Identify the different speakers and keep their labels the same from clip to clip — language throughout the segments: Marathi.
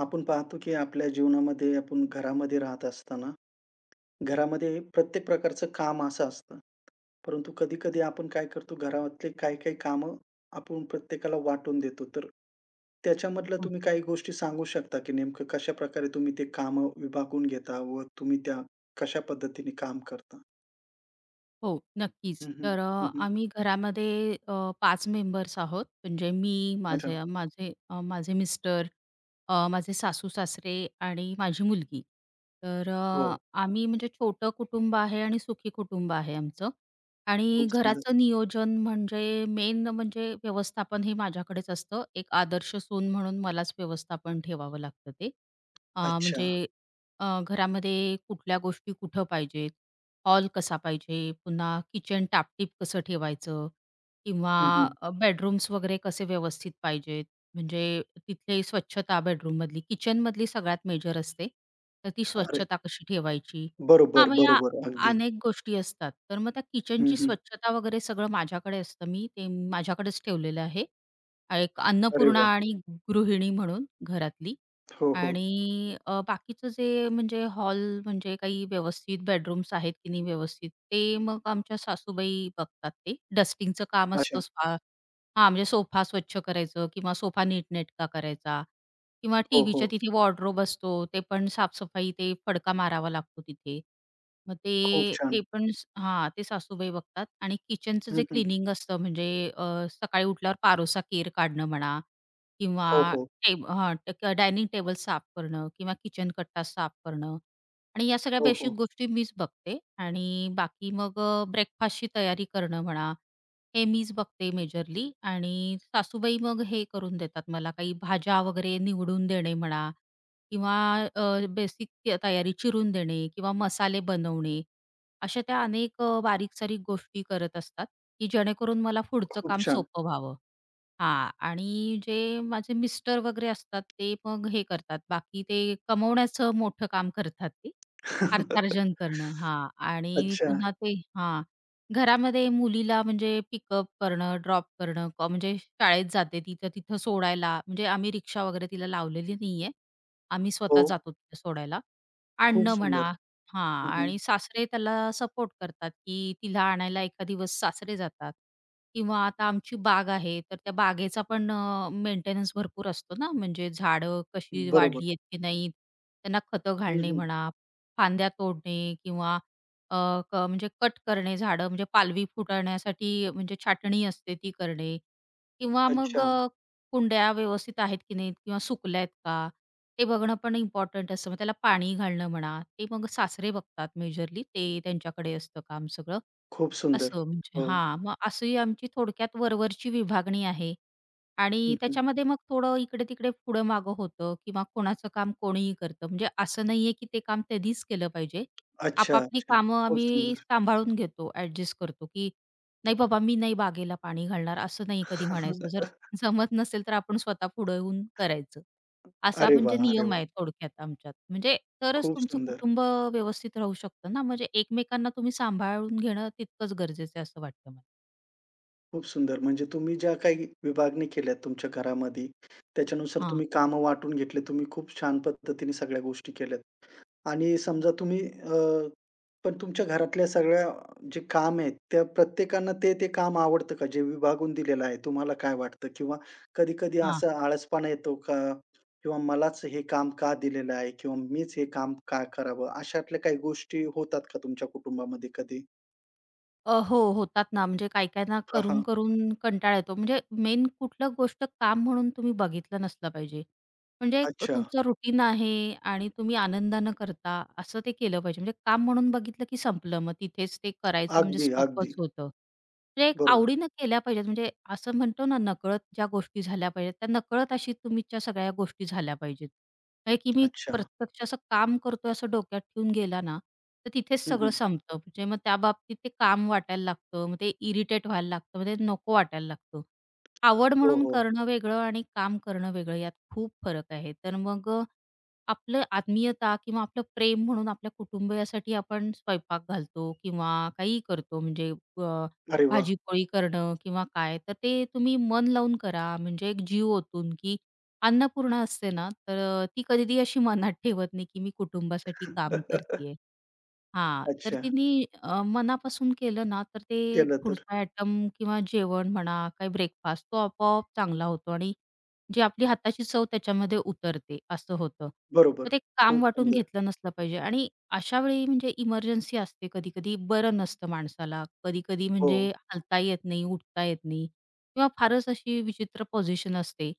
Speaker 1: आपण पाहतो की आपल्या जीवनामध्ये आपण घरामध्ये राहत असताना, घरामध्ये प्रत्येक प्रकारचं काम असं असतं. परंतु कधी-कधी आपण काय करतो घरातले काही-काही कामं आपण प्रत्येकाला वाटून देतो. तर त्याच्यामधलं
Speaker 2: हं.
Speaker 1: तुम्ही काही गोष्टी सांगू शकता की नेमकं कशाप्रकारे तुम्ही ते कामं विभागून घेता व तुम्ही त्या कशा पद्धतीने काम करता?
Speaker 2: हो, नक्कीच.
Speaker 1: हं, हं.
Speaker 2: तर
Speaker 1: हं, हं.
Speaker 2: आम्ही घरामध्ये अ, 5 मेंबर्स आहोत. म्हणजे मी,
Speaker 1: अच्छा.
Speaker 2: माझे माझे अ, माझे मिस्टर, माझे सासू-सासरे आणि माझी मुलगी. तर
Speaker 1: हो.
Speaker 2: आम्ही म्हणजे छोटं कुटुंब आहे आणि सुखी कुटुंब आहे आमचं. आणि
Speaker 1: खूप सुंदर.
Speaker 2: घराचं नियोजन म्हणजे मेन म्हणजे व्यवस्थापन हे माझ्याकडेच असतं. एक आदर्श सून म्हणून मलाच व्यवस्थापन ठेवावं लागतं ते. अ,
Speaker 1: अच्छा.
Speaker 2: म्हणजे घरामध्ये कुठल्या गोष्टी कुठं पाहिजेत, हॉल कसा पाहिजे, पुन्हा किचन टापटीप कसं ठेवायचं किंवा
Speaker 1: हं, हं.
Speaker 2: बेडरूम्स वगैरे कसे व्यवस्थित पाहिजेत, म्हणजे तिथली स्वच्छता बेडरूममधली, किचनमधली सगळ्यात मेजर असते. तर ती
Speaker 1: अरे
Speaker 2: स्वच्छता कशी ठेवायची? हां,
Speaker 1: बरोबर,
Speaker 2: मग या
Speaker 1: बरोबर. अगदी.
Speaker 2: अनेक गोष्टी असतात. तर मग त्या
Speaker 1: हं,
Speaker 2: किचनची
Speaker 1: हं.
Speaker 2: स्वच्छता वगैरे सगळं माझ्याकडे असतं. मी ते माझ्याकडेच ठेवलेलं आहे. एक
Speaker 1: अरे
Speaker 2: अन्नपूर्णा
Speaker 1: वाह!
Speaker 2: आणि गृहिणी म्हणून घरातली.
Speaker 1: हो, हो.
Speaker 2: आणि बाकीचं जे म्हणजे हॉल म्हणजे काही व्यवस्थित बेडरूम्स आहेत की नाही व्यवस्थित, ते मग आमच्या सासूबाई बघतात ते. डस्टिंगचं काम
Speaker 1: अच्छा.
Speaker 2: असतं. हां, म्हणजे सोफा स्वच्छ करायचं किंवा सोफा नीटनेटका करायचा किंवा
Speaker 1: हो,
Speaker 2: टीव्हीच्या
Speaker 1: हो.
Speaker 2: तिथे वॉर्डरोब असतो, ते पण साफसफाई ते फडका मारावा लागतो तिथे. मग ते
Speaker 1: खूप छान.
Speaker 2: ते पण हां, ते सासूबाई बघतात आणि किचनचं
Speaker 1: हं,
Speaker 2: जे
Speaker 1: हं.
Speaker 2: क्लीनिंग असतं म्हणजे अ, सकाळी उठल्यावर पारोसा केर काढणं म्हणा किंवा
Speaker 1: हो, हो.
Speaker 2: हां, डायनिंग टेबल साफ करणं किंवा किचन कट्टा साफ करणं, आणि या सगळ्या
Speaker 1: हो,
Speaker 2: बेसिक
Speaker 1: हो.
Speaker 2: गोष्टी मीच बघते. आणि बाकी मग ब्रेकफास्टची तयारी करणं म्हणा, हे मीच बघते मेजरली आणि सासूबाई मग हे करून देतात मला. काही भाज्या वगैरे निवडून देणे म्हणा किंवा बेसिक तयारी चिरून देणे किंवा मसाले बनवणे. अशा त्या अनेक बारीक-सारीक गोष्टी करत असतात, की जेणेकरून मला पुढचं
Speaker 1: खूप
Speaker 2: काम
Speaker 1: छान.
Speaker 2: सोपं व्हावं. हां. आणि जे माझे मिस्टर वगैरे असतात, ते मग हे करतात. बाकी ते कमवण्याचं मोठं काम करतात ते. अर्थार्जन करणं. हां. आणि
Speaker 1: अच्छा.
Speaker 2: पुन्हा ते हां. घरामध्ये मुलीला म्हणजे पिकअप करणं, ड्रॉप करणं, म्हणजे शाळेत जाते ती, तर तिथं सोडायला म्हणजे आम्ही रिक्षा वगैरे तिला लावलेली नाहीये. आम्ही
Speaker 1: हो.
Speaker 2: स्वतः जातो तिला सोडायला.
Speaker 1: खूप
Speaker 2: आणणं म्हणा.
Speaker 1: सुंदर.
Speaker 2: हां.
Speaker 1: हं, हं.
Speaker 2: आणि सासरे त्याला सपोर्ट करतात, की तिला आणायला एका दिवस सासरे जातात किंवा आता आमची बाग आहे, तर त्या बागेचा पण मेंटेनन्स भरपूर असतो ना, म्हणजे झाडं कशी
Speaker 1: बरोबर.
Speaker 2: वाढली आहेत की नाही, त्यांना खतं
Speaker 1: हं,
Speaker 2: घालणे
Speaker 1: हं.
Speaker 2: म्हणा, फांद्या तोडणे किंवा अ, क म्हणजे कट करणे झाडं, म्हणजे पालवी फुटाळण्यासाठी म्हणजे छाटणी असते ती करणे किंवा मग
Speaker 1: अच्छा.
Speaker 2: कुंड्या व्यवस्थित आहेत की नाहीत किंवा सुकल्यात का? ते बघणं पण इम्पॉर्टंट असतं. मग त्याला पाणी घालणं म्हणा, ते मग सासरे बघतात मेजरली. ते त्यांच्याकडे असतं काम सगळं.
Speaker 1: खूप सुंदर.
Speaker 2: असं म्हणजे
Speaker 1: हो.
Speaker 2: हां, मग अशी आमची थोडक्यात वरवरची विभागणी आहे.
Speaker 1: हं,
Speaker 2: आणि
Speaker 1: हं.
Speaker 2: त्याच्यामध्ये मग थोडं इकडे-तिकडे, पुढं-मागं होतं किंवा कोणाचं काम कोणीही करतं. म्हणजे असं नाहीये की ते काम त्यांनीच केलं पाहिजे.
Speaker 1: अच्छा,
Speaker 2: आपापली
Speaker 1: अच्छा.
Speaker 2: कामं
Speaker 1: खूप
Speaker 2: आम्ही
Speaker 1: सुंदर.
Speaker 2: सांभाळून घेतो, ॲडजस्ट करतो, की "नाही बाबा, मी नाही बागेला पाणी घालणार," असं नाही कधी म्हणायचं. जर जमत नसेल तर आपण स्वतः पुढे येऊन करायचं. असा
Speaker 1: अरे
Speaker 2: म्हणजे
Speaker 1: वाह! अरे
Speaker 2: नियम
Speaker 1: वाह!
Speaker 2: आहे थोडक्यात आमच्यात. म्हणजे तरच
Speaker 1: खूप
Speaker 2: तुमचं
Speaker 1: सुंदर.
Speaker 2: कुटुंब व्यवस्थित राहू शकतं ना. म्हणजे एकमेकांना तुम्ही सांभाळून घेणं तितकंच गरजेचं आहे असं वाटतं मला.
Speaker 1: खूप सुंदर. म्हणजे तुम्ही ज्या काही विभागणी केल्यात तुमच्या घरामध्ये, त्याच्यानुसार
Speaker 2: हां,
Speaker 1: तुम्ही कामं वाटून घेतले. तुम्ही खूप छान पद्धतीने सगळ्या गोष्टी केल्यात आणि समजा तुम्ही पण तुमच्या घरातल्या सगळ्या जे काम आहेत, त्या प्रत्येकांना ते, ते काम आवडतं का? जे विभागून दिलेलं आहे, तुम्हाला काय वाटतं? किंवा कधी-कधी असा आळसपणा येतो का? किंवा मलाच हे काम का दिलेलं आहे? किंवा मीच हे काम का करावं? अशातल्या काही गोष्टी होतात का तुमच्या कुटुंबामध्ये कधी?
Speaker 2: हो, होतात ना. म्हणजे काही-काहींना
Speaker 1: हां, हां.
Speaker 2: करून-करून कंटाळा येतो. म्हणजे मेन कुठलं गोष्ट काम म्हणून तुम्ही बघितलं नसलं पाहिजे. म्हणजे एक
Speaker 1: अच्छा.
Speaker 2: तुमचं रुटीन आहे आणि तुम्ही आनंदानं करता, असं ते केलं पाहिजे. म्हणजे काम म्हणून बघितलं की संपलं. मग तिथेच ते करायचं म्हणजे
Speaker 1: अगदी, अगदी.
Speaker 2: स्टॉपच होतं. म्हणजे एक
Speaker 1: बरोबर.
Speaker 2: आवडीनं केल्या पाहिजेत. म्हणजे असं म्हणतो ना, नकळत ज्या गोष्टी झाल्या पाहिजेत, त्या नकळत अशी तुमच्या सगळ्या गोष्टी झाल्या पाहिजेत. हे की मी
Speaker 1: अच्छा.
Speaker 2: प्रत्यक्ष असं काम करतोय असं डोक्यात ठेवून गेला ना, तर तिथेच
Speaker 1: हं,
Speaker 2: सगळं
Speaker 1: हं.
Speaker 2: संपतं. म्हणजे मग त्या बाबतीत ते काम वाटायला लागतं. मग ते इरिटेट व्हायला लागतं. मग ते नको वाटायला लागतं. आवड
Speaker 1: हो,
Speaker 2: म्हणून
Speaker 1: हो.
Speaker 2: करणं वेगळं आणि काम करणं वेगळं यात खूप फरक आहे. तर मग आपलं आत्मीयता किंवा आपलं प्रेम म्हणून आपल्या कुटुंबियासाठी आपण स्वयंपाक घालतो किंवा काहीही करतो म्हणजे अ,
Speaker 1: अरे वाह!
Speaker 2: भाजी-पोळी करणं किंवा काय. तर ते तुम्ही मन लावून करा म्हणजे एक जीव ओतून, की अन्नपूर्णा असते ना, तर ती कधी अशी मनात ठेवत नाही, की मी कुटुंबासाठी काम करतीये. हां, तर
Speaker 1: अच्छा.
Speaker 2: तिने मनापासून केलं ना, तर ते
Speaker 1: केलं तर.
Speaker 2: पुढचा आयटम किंवा जेवण म्हणा, काही ब्रेकफास्ट तो आपोआप चांगला होतो आणि जी आपली हाताची चव त्याच्यामध्ये उतरते, असं होतं. तर
Speaker 1: बरोबर.
Speaker 2: ते काम
Speaker 1: खूप
Speaker 2: वाटून
Speaker 1: सुंदर.
Speaker 2: घेतलं नसलं पाहिजे. आणि अशा वेळी म्हणजे इमर्जन्सी असते कधी-कधी, बरं नसतं माणसाला. कधी-कधी
Speaker 1: हो.
Speaker 2: म्हणजे हलता येत नाही, उठता येत नाही किंवा फारच अशी विचित्र पोझिशन असते.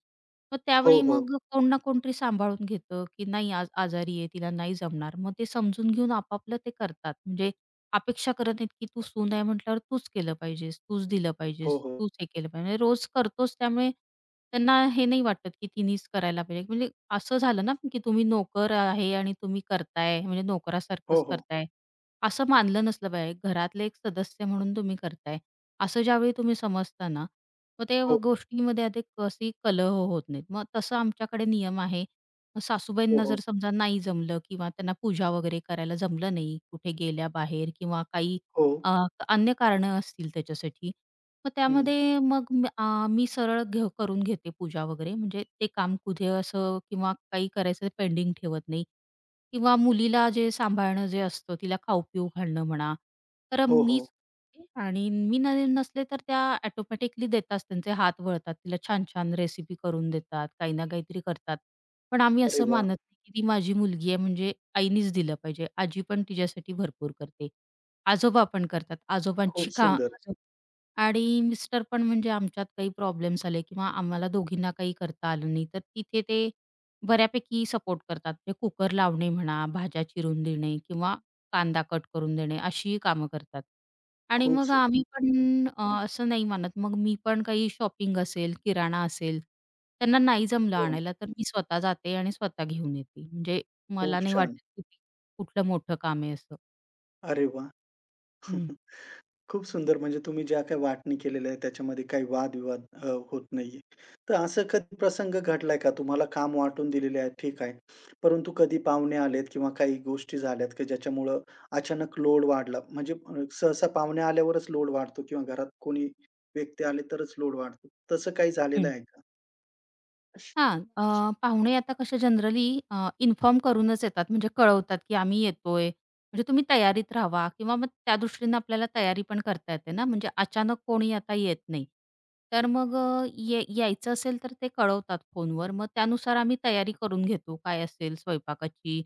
Speaker 2: मग
Speaker 1: हो,
Speaker 2: त्यावेळी
Speaker 1: हो.
Speaker 2: मग कोण ना कोणतरी सांभाळून घेतं, की नाही आज आजारी आहे, तिला नाही जमणार. मग ते समजून घेऊन आपापलं ते करतात. म्हणजे अपेक्षा करत नाहीत, की तू सून आहे म्हटल्यावर तूच केलं पाहिजेस, तूच दिलं
Speaker 1: हो,
Speaker 2: पाहिजेस,
Speaker 1: हो.
Speaker 2: तूच हे केलं पाहिजे. म्हणजे रोज करतोच, त्यामुळे त्यांना हे नाही वाटत, की तिनेच करायला पाहिजे. म्हणजे असं झालं ना, की तुम्ही नोकर आहे आणि तुम्ही करताय म्हणजे
Speaker 1: हो,
Speaker 2: नोकरासारखंच
Speaker 1: हो.
Speaker 2: करताय. असं मानलं नसलं पाहिजे. घरातले एक सदस्य म्हणून तुम्ही करताय. असं ज्यावेळी तुम्ही समजता ना, मग ते
Speaker 1: हो,
Speaker 2: गोष्टीमध्ये अधिक कशी कलह होत नाहीत. मग तसं आमच्याकडे नियम आहे. मग
Speaker 1: हो,
Speaker 2: सासूबाईंना
Speaker 1: हो.
Speaker 2: जर समजा नाही जमलं किंवा त्यांना पूजा वगैरे करायला जमलं नाही, कुठे गेल्या बाहेर किंवा काही
Speaker 1: हो.
Speaker 2: अ, अन्य कारणं असतील त्याच्यासाठी, मग
Speaker 1: हं.
Speaker 2: त्यामध्ये मग मी सरळ करून घेते पूजा वगैरे. म्हणजे ते काम कुठे असं किंवा काही करायचं पेंडिंग ठेवत नाही, किंवा मुलीला जे सांभाळणं जे असतं, तिला खाऊ-पिऊ घालणं म्हणा, तर
Speaker 1: हो, हो.
Speaker 2: मीच. आणि मी न नसले तर त्या ऑटोमॅटिकली देतात, त्यांचे हात वळतात. तिला छान-छान रेसिपी करून देतात, काही ना काहीतरी करतात. पण आम्ही
Speaker 1: अरे
Speaker 2: असं
Speaker 1: वाह!
Speaker 2: मानत नाही, की ती माझी मुलगी आहे म्हणजे आईनीच दिलं पाहिजे. आजी पण तिच्यासाठी भरपूर करते. आजोबा पण करतात.
Speaker 1: खूप
Speaker 2: आजोबांची का
Speaker 1: सुंदर.
Speaker 2: आजो आणि मिस्टर पण म्हणजे आमच्यात काही प्रॉब्लेम्स आले किंवा आम्हाला दोघींना काही करता आलं नाही, तर तिथे ते बऱ्यापैकी सपोर्ट करतात. ते कुकर लावणे म्हणा, भाज्या चिरून देणे किंवा कांदा कट करून देणे अशीही कामं करतात. आणि
Speaker 1: खूप
Speaker 2: मग आम्ही
Speaker 1: सुंदर.
Speaker 2: पण असं नाही मानत. मग मी पण काही शॉपिंग असेल, किराणा असेल, त्यांना नाही जमलं
Speaker 1: हो.
Speaker 2: आणायला, तर मी स्वतः जाते आणि स्वतः घेऊन येते. म्हणजे मला
Speaker 1: खूप
Speaker 2: नाही
Speaker 1: छान.
Speaker 2: वाटत की ते कुठलं मोठं काम आहे असं.
Speaker 1: अरे वाह! खूप सुंदर. म्हणजे तुम्ही ज्या काही वाटणी केलेल्या आहेत त्याच्यामध्ये काही वादविवाद होत नाहीये. तर असं कधी प्रसंग घडलाय का? तुम्हाला काम वाटून दिलेले आहे, ठीक आहे. परंतु कधी पाहुणे आलेत किंवा काही गोष्टी झाल्यात की ज्याच्यामुळं अचानक लोड वाढला. म्हणजे सहसा पाहुणे आल्यावरच लोड वाढतो किंवा घरात कोणी व्यक्ती आले तरच लोड वाढतो. तसं काही झालेलं
Speaker 2: हं.
Speaker 1: आहे का?
Speaker 2: हां. पाहुणे आता कसे जनरली इन्फॉर्म करूनच येतात, म्हणजे कळवतात, की आम्ही येतोय. म्हणजे तुम्ही तयारीत राहावा किंवा मग त्या दृष्टीने आपल्याला तयारी पण करता येते ना, म्हणजे अचानक कोणी आता येत नाही. तर मग अ, ये यायचं असेल तर ते कळवतात फोनवर. मग त्यानुसार आम्ही तयारी करून घेतो. काय असेल स्वयंपाकाची,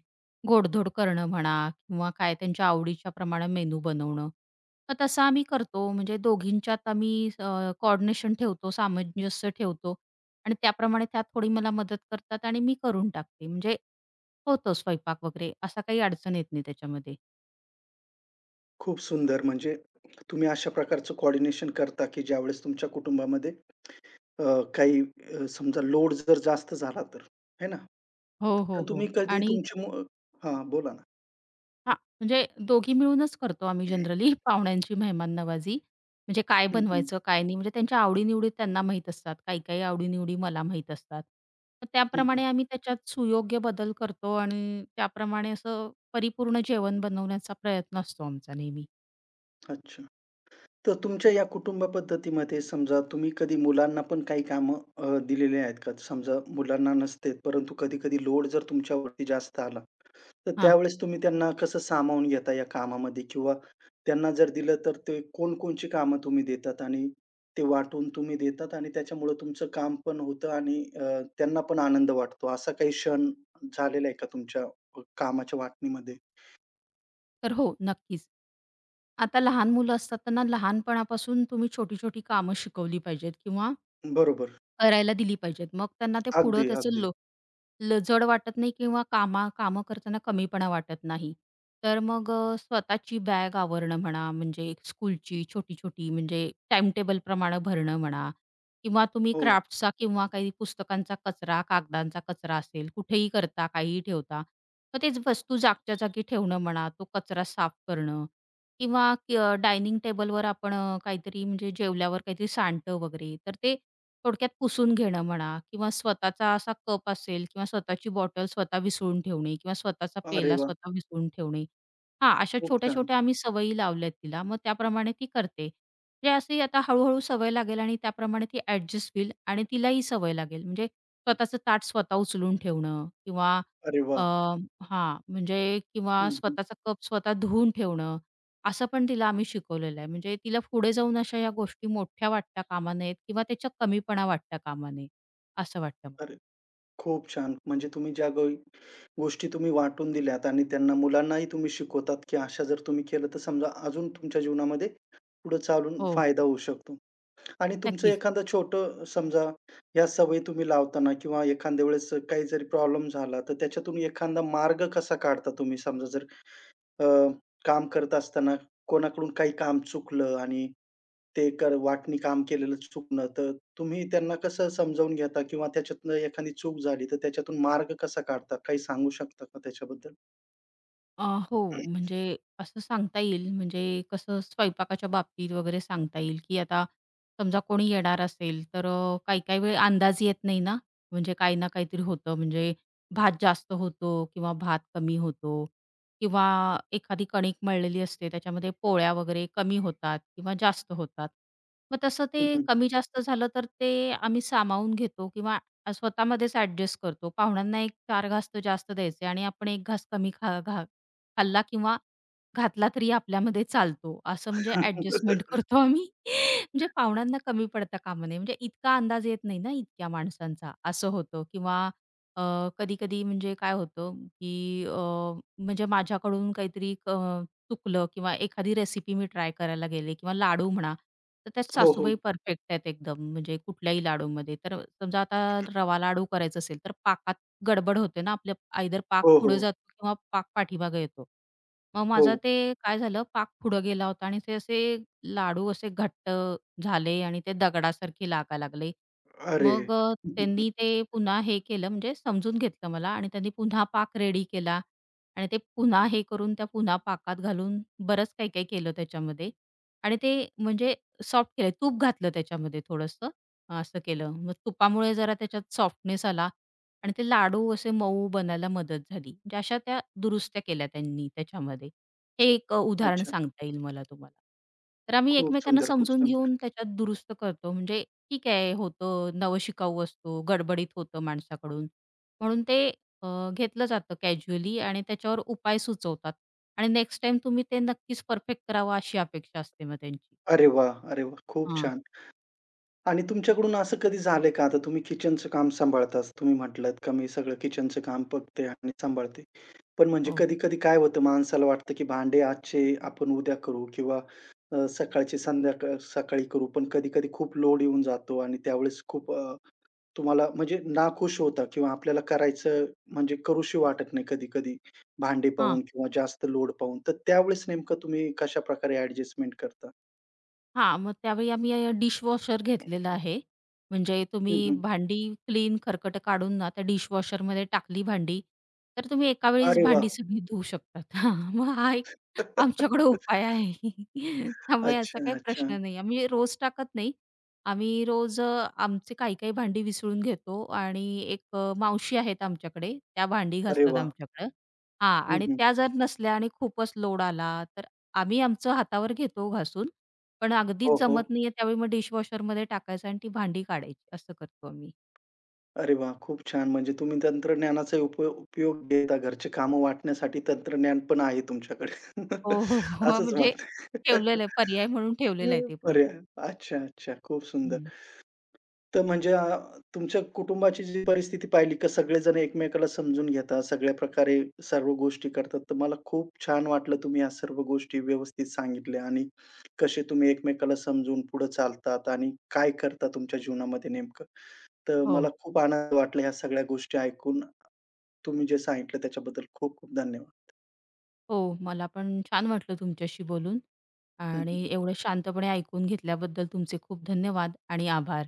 Speaker 2: गोडधोड करणं म्हणा किंवा काय त्यांच्या आवडीच्या प्रमाणे मेनू बनवणं. मग तसं आम्ही करतो. म्हणजे दोघींच्यात आम्ही ठेवतो, सामंजस्य ठेवतो. आणि त्याप्रमाणे त्या थोडी मला मदत करतात आणि मी करून टाकते. म्हणजे होतो स्वयंपाक वगैरे, असा काही अडचण येत नाही त्याच्यामध्ये.
Speaker 1: खूप सुंदर. म्हणजे तुम्ही अशा प्रकारचं कोऑर्डिनेशन करता की ज्यावेळेस तुमच्या कुटुंबामध्ये अ, काही समजा लोड जर जास्त झाला तर, है ना?
Speaker 2: हो, हो,
Speaker 1: तर
Speaker 2: हो.
Speaker 1: तुम्ही कधी
Speaker 2: आणि
Speaker 1: तुमची मु हां, बोला ना.
Speaker 2: हां. म्हणजे दोघी मिळूनच करतो आम्ही जनरली पाहुण्यांची मेहमान नवाजी. म्हणजे काय
Speaker 1: हं, हं.
Speaker 2: बनवायचं, काय नाही, म्हणजे त्यांच्या आवडी त्यांना माहीत असतात. काही-काही आवडी मला माहीत असतात. तर
Speaker 1: हं, हं.
Speaker 2: त्याप्रमाणे आम्ही त्याच्यात सुयोग्य बदल करतो आणि त्याप्रमाणे असं परिपूर्ण जेवण बनवण्याचा प्रयत्न असतो आमचा नेहमी.
Speaker 1: अच्छा. तर तुमच्या या कुटुंब पद्धतीमध्ये समजा तुम्ही कधी मुलांना पण काही कामं दिलेले आहेत का? समजा मुलांना नसते, परंतु कधी-कधी लोड जर तुमच्यावरती जास्त आला, तर
Speaker 2: हां.
Speaker 1: त्यावेळेस तुम्ही त्यांना कसं सामावून घेता या कामामध्ये? किंवा त्यांना जर दिलं तर ते कोणकोणची कामं तुम्ही देतात आणि ते वाटून तुम्ही देतात आणि त्याच्यामुळे तुमचं काम पण होतं आणि त्यांना पण आनंद वाटतो. असा काही क्षण झालेला आहे का तुमच्या कामाच्या वाटणीमध्ये?
Speaker 2: तर हो, नक्कीच. आता लहान मुलं असतात त्यांना लहानपणापासून तुम्ही छोटी-छोटी कामं शिकवली पाहिजेत किंवा
Speaker 1: बरोबर.
Speaker 2: करायला दिली पाहिजेत. मग त्यांना ते पुढं
Speaker 1: अगदी,
Speaker 2: त्याचं
Speaker 1: अगदी.
Speaker 2: लजड वाटत नाही किंवा कामं करताना कमीपणा वाटत नाही. तर मग स्वतःची बॅग आवरणं म्हणा, म्हणजे स्कूलची छोटी-छोटी म्हणजे टाईम टेबलप्रमाणे भरणं म्हणा, किंवा तुम्ही
Speaker 1: हो.
Speaker 2: क्राफ्टचा किंवा काही पुस्तकांचा कचरा, कागदांचा कचरा असेल, कुठेही करता, काहीही ठेवता. मग तेच वस्तू जागच्या जागी ठेवणं म्हणा, तो कचरा साफ करणं, किंवा डायनिंग टेबलवर आपण काहीतरी म्हणजे जेवल्यावर काहीतरी सांडतं वगैरे, तर ते थोडक्यात पुसून घेणं म्हणा, किंवा स्वतःचा असा कप असेल किंवा स्वतःची बॉटल स्वतः विसळून ठेवणे किंवा स्वतःचा
Speaker 1: अरे
Speaker 2: पेला
Speaker 1: वाह!
Speaker 2: स्वतः विसळून ठेवणे. हां, अशा
Speaker 1: खूप छान.
Speaker 2: छोट्या-छोट्या आम्ही सवयी लावल्यात तिला. मग त्याप्रमाणे ती करते. म्हणजे अशी आता हळू-हळू सवय लागेल आणि त्याप्रमाणे ती ॲडजस्ट होईल आणि तिलाही सवय लागेल. म्हणजे स्वतःचं ताट स्वतः उचलून ठेवणं किंवा
Speaker 1: अरे वाह!
Speaker 2: अ, म्हणजे किंवा
Speaker 1: हं, हं.
Speaker 2: स्वतःचा कप स्वतः धुवून ठेवणं, असं पण तिला आम्ही शिकवलेलं आहे. म्हणजे तिला पुढे जाऊन अशा या गोष्टी मोठ्या वाटता कामा नयेत किंवा त्याच्या कमीपणा वाटता कामा नये, असं वाटतं मला.
Speaker 1: अरे, खूप छान. म्हणजे तुम्ही ज्या गो गोष्टी तुम्ही वाटून दिल्यात आणि त्यांना मुलांनाही तुम्ही शिकवतात, की अशा जर तुम्ही केलं, तर समजा अजून तुमच्या जीवनामध्ये पुढे चालून
Speaker 2: हो,
Speaker 1: फायदा होऊ शकतो. आणि तुमचं
Speaker 2: नक्कीच.
Speaker 1: एखादं छोटं समजा ह्या सवयी तुम्ही लावताना किंवा एखाद्या वेळेस काही जरी प्रॉब्लेम झाला, तर त्याच्यातून एखादा मार्ग कसा काढता तुम्ही? समजा जर अ, काम करत असताना कोणाकडून काही काम चुकलं आणि ते कर वाटणी काम केलेलं चुकणं, तर तुम्ही त्यांना कसं समजावून घेता किंवा त्याच्यातनं एखादी चूक झाली, तर त्याच्यातून मार्ग कसा काढता? काही सांगू शकता का त्याच्याबद्दल?
Speaker 2: अ, हो, म्हणजे असं सांगता येईल, म्हणजे कसं स्वयंपाकाच्या बाबतीत वगैरे सांगता येईल, की आता समजा कोणी येणार असेल तर काही-काही वेळ अंदाज येत नाही ना, म्हणजे काही ना काहीतरी होतं, म्हणजे भात जास्त होतो किंवा भात कमी होतो किंवा एखादी कणिक मळलेली असते त्याच्यामध्ये पोळ्या वगैरे कमी होतात किंवा जास्त होतात. मग तसं ते
Speaker 1: हं, हं.
Speaker 2: कमी जास्त झालं तर ते आम्ही सामावून घेतो किंवा स्वतःमध्येच ॲडजस्ट करतो. पाहुण्यांना एक 4 घास तर जास्त द्यायचे आणि आपण 1 घास कमी खा घा खाल्ला किंवा घातला तरी आपल्यामध्ये चालतो. असं म्हणजे ॲडजस्टमेंट करतो आम्ही. म्हणजे पाहुण्यांना कमी पडता कामा नये. म्हणजे इतका अंदाज येत नाही ना इतक्या माणसांचा, असं होतं. किंवा अ, कधी-कधी म्हणजे काय होतं, की म्हणजे माझ्याकडून काहीतरी चुकलं किंवा एखादी रेसिपी मी ट्राय करायला गेले किंवा लाडू म्हणा, तर त्यात
Speaker 1: हो, हो.
Speaker 2: सासूबाई परफेक्ट आहेत एकदम, म्हणजे कुठल्याही लाडूमध्ये. तर समजा आता रवा लाडू करायचा असेल, तर पाकात गडबड होते ना आपल्या. आयदर पाक
Speaker 1: हो,
Speaker 2: पुढे
Speaker 1: हो.
Speaker 2: जातो किंवा पाक पाठीमागे येतो. मग
Speaker 1: हो.
Speaker 2: माझं ते काय झालं, पाक पुढं गेला होता आणि ते असे लाडू असे घट्ट झाले आणि ते दगडासारखे लागायला लागले.
Speaker 1: अरे!
Speaker 2: मग त्यांनी ते पुन्हा हे केलं म्हणजे समजून घेतलं मला आणि त्यांनी पुन्हा पाक रेडी केला आणि ते पुन्हा हे करून त्या पुन्हा पाकात घालून बरंच काही-काही केलं त्याच्यामध्ये आणि ते म्हणजे सॉफ्ट केलं. तूप घातलं त्याच्यामध्ये थोडंसं, असं केलं. मग तुपामुळे जरा त्याच्यात सॉफ्टनेस आला आणि ते लाडू असे मऊ बनायला मदत झाली. म्हणजे अशा त्या दुरुस्त्या केल्या त्यांनी त्याच्यामध्ये. हे एक उदाहरण
Speaker 1: अच्छा.
Speaker 2: सांगता येईल मला तुम्हाला. तर आम्ही
Speaker 1: खूप
Speaker 2: एकमेकांना
Speaker 1: सुंदर, खूप
Speaker 2: समजून
Speaker 1: सुंदर.
Speaker 2: घेऊन त्याच्यात दुरुस्त करतो. म्हणजे ठीक आहे, होतं, नवशिकाऊ असतो, गडबडीत होतं माणसाकडून. म्हणून ते अ, घेतलं जातं कॅज्युअली आणि त्याच्यावर उपाय सुचवतात. आणि नेक्स्ट टाईम तुम्ही ते नक्कीच परफेक्ट करावं अशी अपेक्षा असते मग त्यांची.
Speaker 1: अरे वाह! अरे वाह! खूप
Speaker 2: हां.
Speaker 1: छान. आणि तुमच्याकडून असं कधी झालंय का? आता तुम्ही किचनचं काम सांभाळताच. तुम्ही म्हटलात का मी सगळं किचनचं काम बघते आणि सांभाळते. पण म्हणजे
Speaker 2: हो.
Speaker 1: कधी-कधी काय होतं माणसाला वाटतं, की भांडे आजचे आपण उद्या करू किंवा सकाळचे संध्याकाळ सकाळी करू. पण कधी-कधी खूप लोड येऊन जातो आणि त्यावेळेस खूप तुम्हाला म्हणजे नाखुश होता किंवा आपल्याला करायचं म्हणजे करूशी वाटत नाही कधी-कधी भांडे पाहून
Speaker 2: हां.
Speaker 1: किंवा जास्त लोड पाहून. तर त्यावेळेस नेमकं तुम्ही कशाप्रकारे ॲडजस्टमेंट करता?
Speaker 2: हां, मग त्यावेळी आम्ही डिशवॉशर घेतलेलं आहे. म्हणजे
Speaker 1: हं,
Speaker 2: तुम्ही
Speaker 1: हं.
Speaker 2: भांडी क्लीन खरकट काढून ना, त्या डिशवॉशरमध्ये टाकली भांडी, तर तुम्ही एका वेळीच
Speaker 1: अरे वाह!
Speaker 2: भांडी सगळी धुवू शकतात. हां, मग हा एक आमच्याकडे उपाय आहे. त्यामुळे
Speaker 1: अच्छा,
Speaker 2: असा काही
Speaker 1: अच्छा.
Speaker 2: प्रश्न नाही. आम्ही रोज टाकत नाही. आम्ही रोज आमचे काही-काही भांडी विसळून घेतो आणि एक मावशी आहेत आमच्याकडे, त्या भांडी
Speaker 1: अरे
Speaker 2: घासतात
Speaker 1: वाह!
Speaker 2: आमच्याकडं. हां,
Speaker 1: हं,
Speaker 2: आणि
Speaker 1: हं.
Speaker 2: त्या जर नसल्या आणि खूपच लोड आला, तर आम्ही आमचं हातावर घेतो घासून, पण
Speaker 1: हो,
Speaker 2: अगदीच
Speaker 1: हो.
Speaker 2: जमत नाहीये त्यावेळी मग डिशवॉशरमध्ये टाकायचं आणि ती भांडी काढायची असं करतो आम्ही.
Speaker 1: अरे वाह! खूप छान. म्हणजे तुम्ही तंत्रज्ञानाचा उप उपयोग घेता. घरचे कामं वाटण्यासाठी तंत्रज्ञान पण आहे तुमच्याकडे.
Speaker 2: हो, हो, हो. हां,
Speaker 1: असंच
Speaker 2: म्हणजे
Speaker 1: म्हणताय.
Speaker 2: ठेवलेलं आहे, पर्याय म्हणून
Speaker 1: पर्याय.
Speaker 2: ठेवलेलं आहे ते पण.
Speaker 1: अच्छा, अच्छा. खूप सुंदर.
Speaker 2: हं.
Speaker 1: तर म्हणजे तुमच्या कुटुंबाची जी परिस्थिती पाहिली का सगळेजण एकमेकाला समजून घेतात, सगळ्या प्रकारे सर्व गोष्टी करतात. तर मला खूप छान वाटलं तुम्ही ह्या सर्व गोष्टी व्यवस्थित सांगितल्या आणि कसे तुम्ही एकमेकाला समजून पुढे चालतात आणि काय करता तुमच्या जीवनामध्ये नेमकं. तर
Speaker 2: हो,
Speaker 1: मला खूप आनंद वाटला ह्या सगळ्या गोष्टी ऐकून. तुम्ही जे सांगितलं त्याच्याबद्दल खूप खूप धन्यवाद.
Speaker 2: हो. मला पण छान वाटलं तुमच्याशी बोलून आणि
Speaker 1: हं.
Speaker 2: एवढं शांतपणे ऐकून घेतल्याबद्दल तुमचे खूप धन्यवाद आणि आभार.